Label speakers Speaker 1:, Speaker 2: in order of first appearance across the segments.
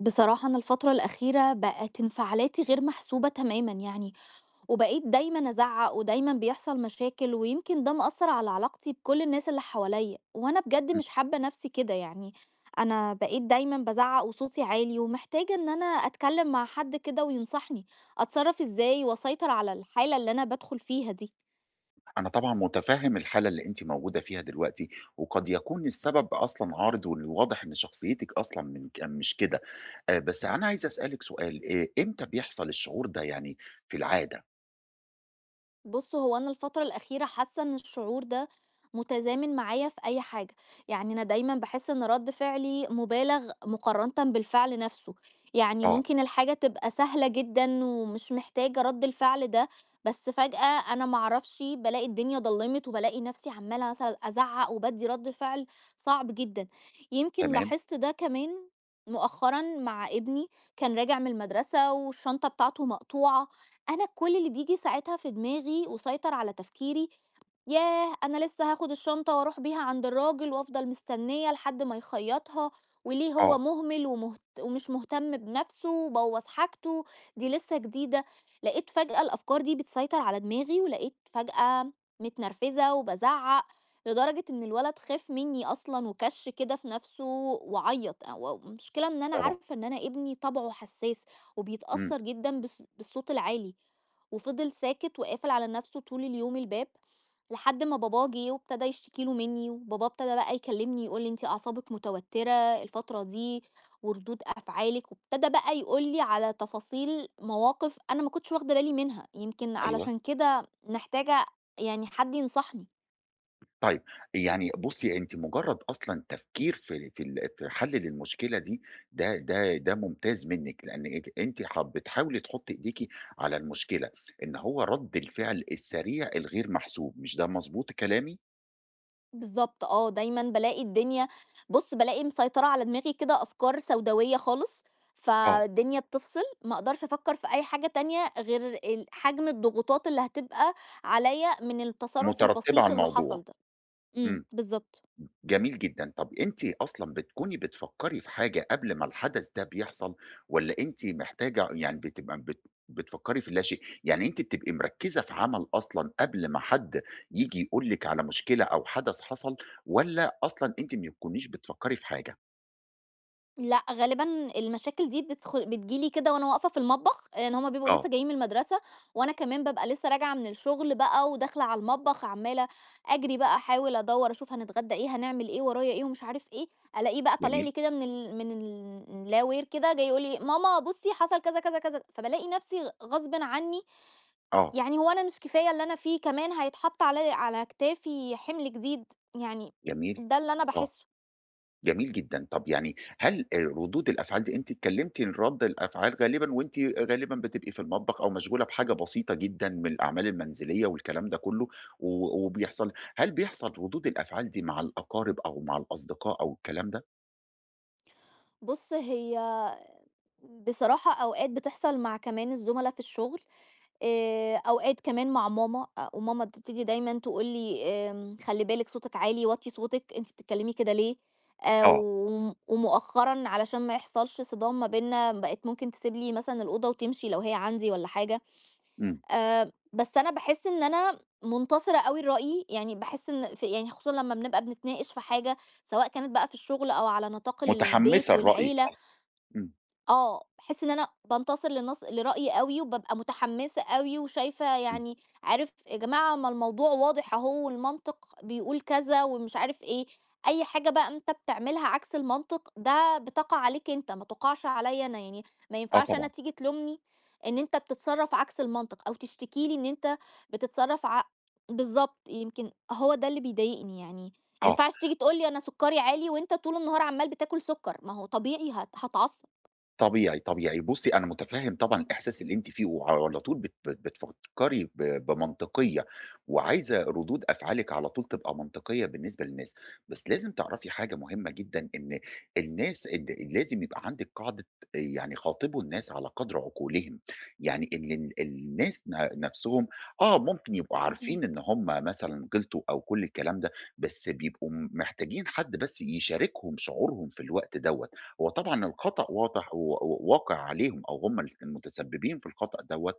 Speaker 1: بصراحة أنا الفترة الأخيرة بقت انفعالاتي غير محسوبة تمامًا يعني، وبقيت دايمًا أزعّق ودايمًا بيحصل مشاكل، ويمكن ده مأثّر على علاقتي بكل الناس اللي حواليّا، وأنا بجد
Speaker 2: إمم.
Speaker 1: مش حابة نفْسي كده يعني. أنا بقيت دايمًا بازعّق وصوتي عالي، ومحتاجة إن أنا أتكلّم مع حد كده وينصحني أتصرّف إزاي وأسيطر على الحالة اللي أنا بادخل فيها دي.
Speaker 2: أنا طبعًا متفهم الحالة اللي أنتِ موجودة فيها دلوقتي، وقد يكون السبب أصلًا عارض والواضح إن شخصيتِك أصلًا من ك مش كده. بس أنا عايز أسألِك سؤال. إمتى بيحصل الشعور ده يعني في العادة؟
Speaker 1: بُص، هو أنا الفترة الأخيرة حاسة إن الشعور ده متزامن معايا في أي حاجة، يعني أنا دايمًا باحس إن رد فعلي مُبالغ مقارنةً بالفعل نفسه، يعني
Speaker 2: آه.
Speaker 1: ممكن الحاجة تبقى سهلة جدًا ومش محتاجة رد الفعل ده. بس فجأة أنا ما أعرفش بالاقي الدنيا ضلِّمت وبالاقي نفسي عمّالة مثلًا أزعّق وبادّي رد فعل صعب جدًا. يمكن
Speaker 2: تمام.
Speaker 1: لاحظت ده كمان مؤخرًا مع ابني، كان راجع من المدرسة والشنطة بتاعته مقطوعة. أنا كل اللي بييجي ساعتها في دماغي وسيطر على تفكيري، ياه! أنا لسه هاخد الشنطة وأروح بيها عند الراجل وأفضل مستنية لحد ما يخيطها، وليه هو
Speaker 2: آه.
Speaker 1: مهمل ومهت ومش مهتم بنفسه وبوّظ حاجته، دي لسه جديدة. لقيت فجأة الأفكار دي بتسيطر على دماغي، ولقيت فجأة متنرفزة وبازعق، لدرجة إن الولد خاف مني أصلًا وكَش كده في نفسه وعيّط. هو المشكلة إن أنا
Speaker 2: طبعًا.
Speaker 1: عارفة إن أنا ابني طبعه حساس
Speaker 2: إمم.
Speaker 1: وبيتأثر جدًا بالصوت العالي، وفضل ساكت وقافل على نفسه طول اليوم الباب لحد ما باباه جه وابتدى يشتكي له منّي، وباباه ابتدى بقى يكلّمني يقول لي: "أنتِ أعصابِك متوتّرة الفترة دي وردود أفعالِك." وابتدى بقى يقول لي على تفاصيل مواقف أنا ما كنتش واخدة بالي منها، يمكن
Speaker 2: أيوه.
Speaker 1: علشان كده محتاجة يعني حد ينصحني.
Speaker 2: طيب، يعني بُصّي، أنتِ مجرّد أصلًا تفكير في حل للمشكلة دي، ده ممتاز منِّك، لإن أنتِ بتحاولي تحُطّي إيديكِ على المشكلة، إن هو رَد الفعل السريع الغير محسوب، مش ده مضبوط كلامي؟
Speaker 1: بالضبط آه، دايمًا بالاقي الدنيا، بُص، بالاقي مسيطرة على دماغي كده أفكار سوداوية خالص،
Speaker 2: آه،
Speaker 1: فالدنيا بتفصل، ما أقدرش أفكّر في أي حاجة تانية غير حجم الضغوطات اللي هتبقى عليّا من التصرُّف
Speaker 2: مترتِّبة على
Speaker 1: البسيط اللي
Speaker 2: الموضوع.
Speaker 1: حصل ده. إمم،
Speaker 2: إمم.
Speaker 1: بالضبط.
Speaker 2: جميل جدًا. طَب أنتِ أصلًا بتكوني بتفكّري في حاجة قبل ما الحدث ده بيحصل والّا أنتِ محتاجة يعني بتبقى بتفكّري في اللاشيء؟ يعني أنتِ بتبقي مركّزة في عمل أصلًا قبل ما حد ييجي يقول لِك على مشكلة أو حدث حصل والّا أصلًا أنتِ ما بتكونيش بتفكّري في حاجة؟
Speaker 1: لأ، غالبًا المشاكل دي بتيجي لي كده وأنا واقفة في المطبخ، إن هُم بيبقوا لسه
Speaker 2: آه.
Speaker 1: جايين من المدرسة، وأنا كمان بابقى لسه راجعة من الشغل بقى وداخلة على المطبخ عمّالة أجري بقى أحاول أدوّر أشوف هنتغدى إيه، هنعمل إيه، ورايا إيه ومش عارف إيه، ألاقيه بقى طالع
Speaker 2: جميل.
Speaker 1: لي كده من اللاوير كده جاي يقول لي: "ماما بُصّي حصل كذا، كذا، كذا." فبالاقي نفسي غصبٍ عني،
Speaker 2: آه.
Speaker 1: يعني هو أنا مش كفاية اللي أنا فيه، كمان هيتحط عليَّ على كتافي حمل جديد، يعني
Speaker 2: جميل، جميل.
Speaker 1: ده اللي أنا
Speaker 2: آه.
Speaker 1: باحسه.
Speaker 2: جميل جدًا. طب يعني هل ردود الأفعال دي أنتِ اتكلمتِ إن رَد الأفعال غالبًا وأنتِ غالبًا بتبقي في المطبخ أو مشغولة بحاجة بسيطة جدًا من الأعمال المنزلية والكلام ده كله، و وبيحصل هل بيحصل ردود الأفعال دي مع الأقارب أو مع الأصدقاء أو الكلام ده؟
Speaker 1: بُص، هي بصراحة أوقات بتحصل مع كمان الزملا في الشغل، أوقات كمان مع ماما، وماما بتبتدي دايمًا تقول لي خلّي بالِك صوتِك عالي، وطّي صوتِك، أنتِ بتتكلمي كده ليه؟
Speaker 2: آه.
Speaker 1: وم ومؤخرًا علشان ما يحصلش صدام ما بيننا بقت ممكن تسيب لي مثلًا الأوضة وتمشي لو هي عندي والّا حاجة.
Speaker 2: إمم.
Speaker 1: بس أنا باحس إن أنا منتصرة أوي لرأيي، يعني باحس إن يعني خصوصًا لمّا بنبقى بنتناقش في حاجة سواء كانت بقى في الشغل أو على نطاق البيت
Speaker 2: متحمسة لرأيِك،
Speaker 1: والعيلة،
Speaker 2: آه. إمم.
Speaker 1: آه، باحس إن أنا بانتصر لرأيي أوي، وبابقى متحمسة أوي وشايفة،
Speaker 2: إمم.
Speaker 1: يعني عارف يا جماعة ما الموضوع واضح أهو، والمنطق بيقول كذا ومش عارف إيه، أي حاجة بقى أنت بتعملها عكس المنطق ده بتقع عليك أنت، ما تقعش عليّا أنا، يعني ما
Speaker 2: آه
Speaker 1: ينفعش أنا
Speaker 2: طبعًا.
Speaker 1: تيجي تلومني إن أنت بتتصرف عكس المنطق، أو تشتكي لي إن أنت بتتصرف ع بالضبط، يمكن هو ده اللي بيضايقني يعني. ما
Speaker 2: آه.
Speaker 1: ينفعش تيجي تقول لي أنا سكري عالي وأنت طول النهار عمّال بتاكل سكر، ما هو طبيعي هاتعصب.
Speaker 2: طبيعي، طبيعي. بُصّي، أنا مُتفهِّم طبعًا الإحساس اللي أنتِ فيه وعلى طول بت بت بتفكّري بمنطقية وعايزة ردود أفعالِك على طول تبقى منطقية بالنسبة للناس. بس لازم تعرفي حاجة مهمة جدًا، إن الناس لازم يبقى عندِك قاعدة. يعني خاطبوا الناس على قدر عقولهم. يعني إن الناس نَفْسهم آه، ممكن يبقوا عارفين إن
Speaker 1: فاهماك،
Speaker 2: هم مثلًا غلطوا أو كل الكلام ده، بس بيبقوا محتاجين حد بس يشاركهم شعورهم في الوقت دوّة. هو طبعًا الخطأ واضح و واقع عليهم أو هم المتسببين في الخطأ دوّة،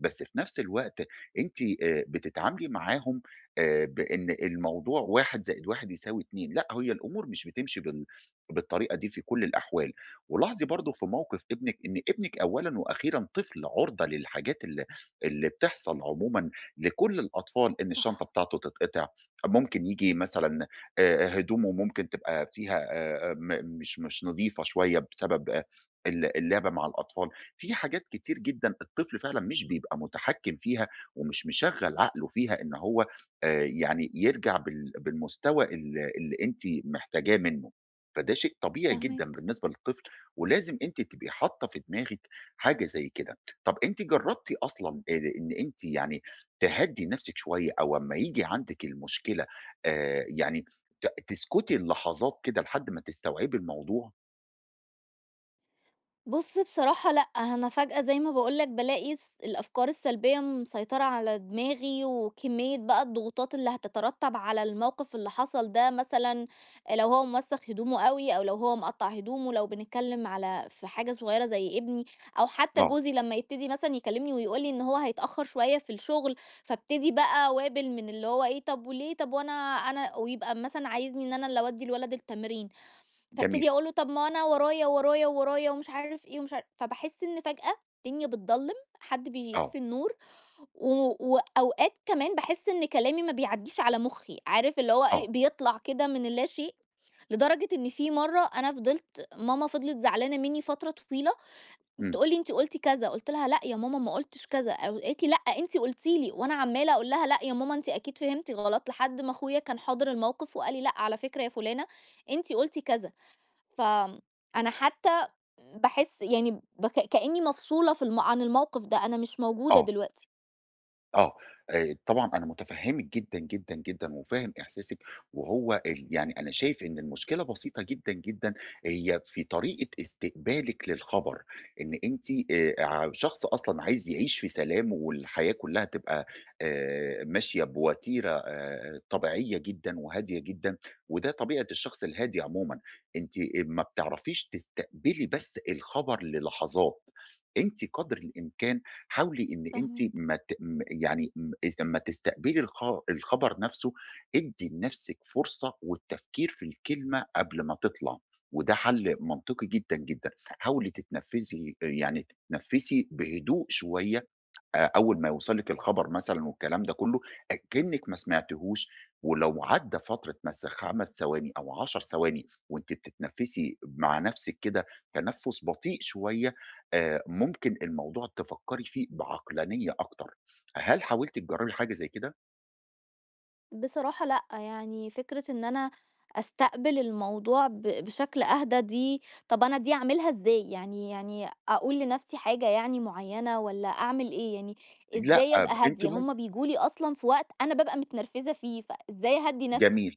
Speaker 2: بس في نفس الوقت أنتِ بتتعاملي معاهم بإن الموضوع 1+1=2 لأ، هي الأمور مش بتمشي بالطريقة دي في كل الأحوال. ولاحظي برضه في موقف ابنِك إن ابنِك أولًا وأخيرًا طفل عُرضة للحاجات اللي بتحصل عمومًا لكل الأطفال، إن الشنطة بتاعته تتقطع، ممكن ييجي مثلًا هدومه ممكن تبقى فيها م مش مش نضيفة شوية بسبب اللعب مع الأطفال. في حاجات كتير جدًا الطفل فعلًا مش بيبقى متحكم فيها، ومش مشغّل عقله فيها إن هو يعني يرجع بالمستوى اللي أنتِ محتاجاه منه، فده شيء طبيعي جدًا
Speaker 1: فاهماك.
Speaker 2: بالنسبة للطفل، ولازم أنتِ تبقي حاطة في دماغِك حاجة زي كده. طب أنتِ جرّبتِ أصلًا إن أنتِ يعني تهدّي نفسِك شوية أو أمّا ييجي عندِك المشكلة يعني تسكتي للحظات كده لحد ما تستوعبي الموضوع؟
Speaker 1: بُص، بصراحة لأ، أنا فجأة زي ما باقول لك بالاقي الأفكار السلبية مسيطرة على دماغي، وكمية بقى الضغوطات اللي هتترتب على الموقف اللي حصل ده، مثلًا لو هو موسخ هدومه أوي، أو لو هو مقطع هدومه، لو بنتكلم على في حاجة صغيرة زي ابني، أو حتى
Speaker 2: آه.
Speaker 1: جوزي لما يبتدي مثلًا يكلمني ويقول لي إن هو هيتأخر شوية في الشغل، فابتدي بقى أوابل من اللي هو إيه طب وليه؟ طب وأنا ويبقى مثلًا عايزني إن أنا اللي أودّي الولد التمرين.
Speaker 2: جميل.
Speaker 1: فابتدي أقول له طب ما أنا ورايا، ورايا، ورايا ومش عارف إيه ومش عار فباحس إن فجأة الدنيا بتضلّم، حد بييجي
Speaker 2: آه.
Speaker 1: يطفي النور، و وأوقات كمان باحس إن كلامي ما بيعدّيش على مُخّي، عارف اللي هو
Speaker 2: آه.
Speaker 1: إيه، بيطلع كده من اللاشيء، لدرجة إن في مرّة أنا فضلت، ماما فضلت زعلانة منّي فترة طويلة،
Speaker 2: إمم.
Speaker 1: بتقول لي: "أنتِ قُلتِ كذا." قُلت لها: "لأ يا ماما ما قُلتش كذا." أو قالت لي: "لأ أنتِ قُلتِ لي." وأنا عمّالة أقول لها: "لأ يا ماما أنتِ أكيد فهمتِ غلط." لحد ما أخويا كان حاضر الموقف وقال لي: "لأ على فكرة يا فُلانة أنتِ قُلتِ كذا." فأنا حتى باحس يعني كإنّي مفصولة في الم عن الموقف ده، أنا مش موجودة
Speaker 2: آه.
Speaker 1: دلوقتي.
Speaker 2: آه. طبعًا أنا مُتفهّمِك جدًا، جدًا، جدًا وفاهم إحساسِك. وهو يعني أنا شايف إن المشكلة بسيطة جدًا، جدًا، هي في طريقة استقبالِك للخبر، إن أنتِ ع شخص أصلًا عايز يعيش في سلام والحياة كلّها تبقى ماشية بوتيرة طبيعية جدًا وهادية جدًا، وده طبيعة الشخص الهادي عمومًا. أنتِ ما بتعرفيش تستقبلي بس الخبر للحظات. أنتِ قدر الإمكان حاولي إن أنتِ
Speaker 1: فاهماك.
Speaker 2: ما ت م يعني م لمّا تستقبلي الخبر نفسه ادّي لنفسِك فرصة والتفكير في الكلمة قبل ما تطلع، وده حل منطقي جدًا، جدًا. حاولي تتنفسي يعني تتنفسي بهدوء شوية أول ما يوصل لِك الخبر مثلًا والكلام ده كله، أكنِّك ما سمعتيهوش. ولو عدّى فترة مثلًا 5 ثواني أو 10 ثواني وأنتِ بتتنفّسي مع نفسِك كده تنفُّس بطيء شوية، ممكن الموضوع تفكّري فيه بعقلانية أكتر. هل حاولتِ تجرّبي حاجة زي كده؟
Speaker 1: بصراحة لأ، يعني فكرة إن أنا أستقبل الموضوع بشكل أهدى دي، طَب أنا دي أعملها إزاي؟ يعني أقول لنَفْسي حاجة يعني معيّنة والّا أعمل إيه؟ يعني
Speaker 2: لأ.
Speaker 1: إزاي
Speaker 2: آه.
Speaker 1: أبقى
Speaker 2: أنتِ
Speaker 1: هادية؟
Speaker 2: مم
Speaker 1: هم بييجوا لي أصلًا في وقت أنا بابقى متنرفزة فيه، فإزاي أهدّي نَفْسي؟
Speaker 2: جميل.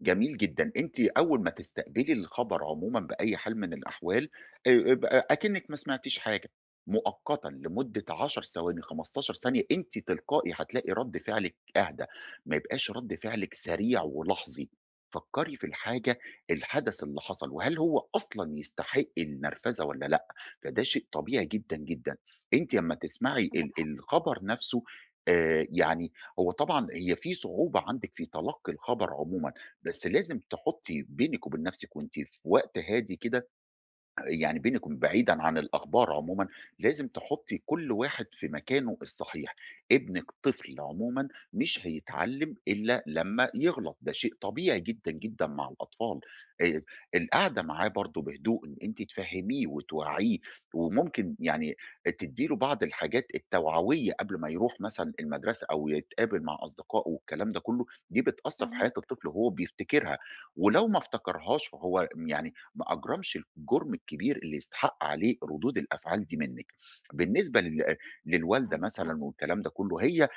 Speaker 2: جميل جدًا. أنتِ أول ما تستقبلي الخبر عمومًا بأي حال من الأحوال ب أكنِّك ما سمعتيش حاجة، مؤقتًا لمدة 10 ثواني، 15 ثانية، أنتِ تلقائي هتلاقي رد فعلِك أهدى، ما يبقاش رد فعلِك سريع ولحظي. فكّري في الحدث اللي حصل، وهل هو أصلًا يستحق النرفزة والّا لأ؟ فده شيء طبيعي جدًا، جدًا. أنتِ أمّا تسمعي
Speaker 1: عندك حق،
Speaker 2: الخبر نفسه يعني هو طبعًا هي في صعوبة عندِك في تلقي الخبر عمومًا، بس لازم تحطّي بينِك وبين نَفْسِك وأنتِ في وقت هادي كده، يعني بينِك بعيدًا عن الأخبار عمومًا، لازم تحطّي كل واحد في مكانه الصحيح. ابنِك طفل عمومًا مش هيتعلّم إلا لمّا يغلط، ده شيء طبيعي جدًا، جدًا مع الأطفال. آآ القعدة معاه برضه بهدوء، إن أنتِ تفهّميه وتوعّيه، وممكن يعني تدّي له بعض الحاجات التوعوية قبل ما يروح مثلًا المدرسة أو يتقابل مع أصدقائه والكلام ده كلّه، دي بتأثّر في حياة
Speaker 1: فاهماك.
Speaker 2: الطفل وهو بيفتكرها، ولو ما افتكرهاش وهو يعني ما أجرمش الجُرم الكبير اللي يستحق عليه ردود الأفعال دي منِّك. بالنسبة للوالدة
Speaker 1: عندك
Speaker 2: مثلًا
Speaker 1: حق،
Speaker 2: والكلام ده كُلّه، هي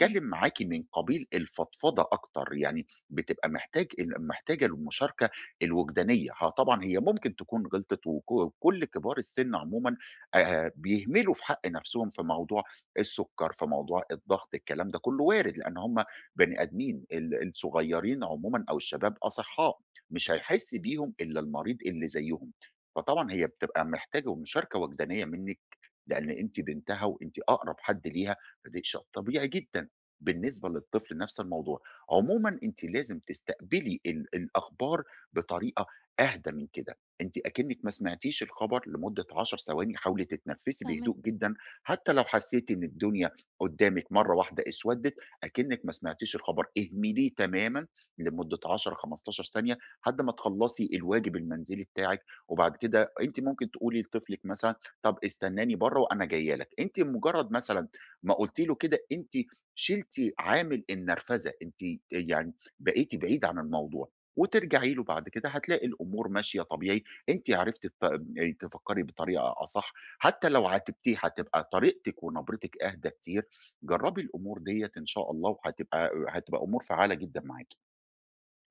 Speaker 1: إمم.
Speaker 2: معاكِ من قبيل الفضفضة أكتر، يعني بتبقى محتاجة المشاركة الوجدانية. ها طبعًا هي ممكن تكون غلطت وكل كبار السِن عمومًا بيهملوا في حق نَفْسهم في موضوع السُكّر، في موضوع الضغط، الكلام ده كُلّه وارد، لإن هم بني آدمين، الصغيّرين عمومًا أو الشباب أصحّاء. مش هيحس بيهم إلا المريض اللي زيّهم، فطبعًا هي بتبقى محتاجة مشاركة وجدانية منِّك، لإن أنتِ بنتها وأنتِ أقرب حد ليها، فده شيء طبيعي جدًا. بالنسبة للطفل نفس الموضوع. عمومًا أنتِ لازم تستقبلي الأخبار بطريقة أهدى من كده. أنتِ أكنِّك ما سمعتيش الخبر لمدة 10 ثواني، حاولي تتنفّسي بهدوء
Speaker 1: فاهماك.
Speaker 2: جدًا. حتى لو حسيتِ إن الدنيا قدّامِك مرّة واحدة اسودِّت، أكنِّك ما سمعتيش الخبر، اهمليه تمامًا لمدة 10، 15 ثانية لحد ما تخلّصي الواجب المنزلي بتاعِك. وبعد كده أنتِ ممكن تقولي لطفلِك مثلًا طَب استناني برّه وأنا جاية لك. أنتِ مجرّد مثلًا ما قُلتِ له كده أنتِ شِلتِ عامل النرفزة، أنتِ يعني بقيتِ بعيدة عن الموضوع، وترجعي له بعد كده هتلاقي الأمور ماشية طبيعي. أنتِ عرفتِ ت تفكّري بطريقة أصح، حتى لو عاتبتيه هتبقى طريقتِك ونبرتِك أهدى كتير. جرّبي الأمور ديّة إن شاء الله وهتبقى أمور فعّالة جدًا معاكِ.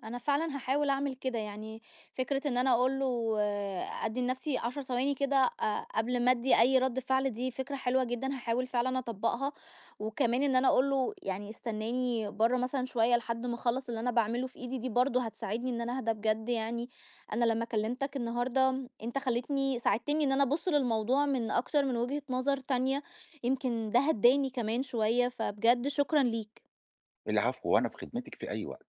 Speaker 1: أنا فعلًا هاحاول أعمل كده، يعني فكرة إن أنا أقول له أدّي لنفسي 10 ثواني كده قبل ما أدّي أي رَد فعل دي فكرة حلوة جدًا، هاحاول فعلًا أطبّقها، وكمان إن أنا أقول له يعني استناني برّه مثلًا شوية لحد ما أخلّص اللي أنا باعمله في إيدي، دي برضه هتساعدني إن أنا أهدى بجد يعني. أنا لمّا كلّمتك النهارده أنت ساعدتني إن أنا أبُص للموضوع من أكتر من وجهة نظر تانية، يمكن ده هدّاني كمان شوية، فبجد شكرًا ليك.
Speaker 2: العفو، وأنا في خدمتِك في أي وقت.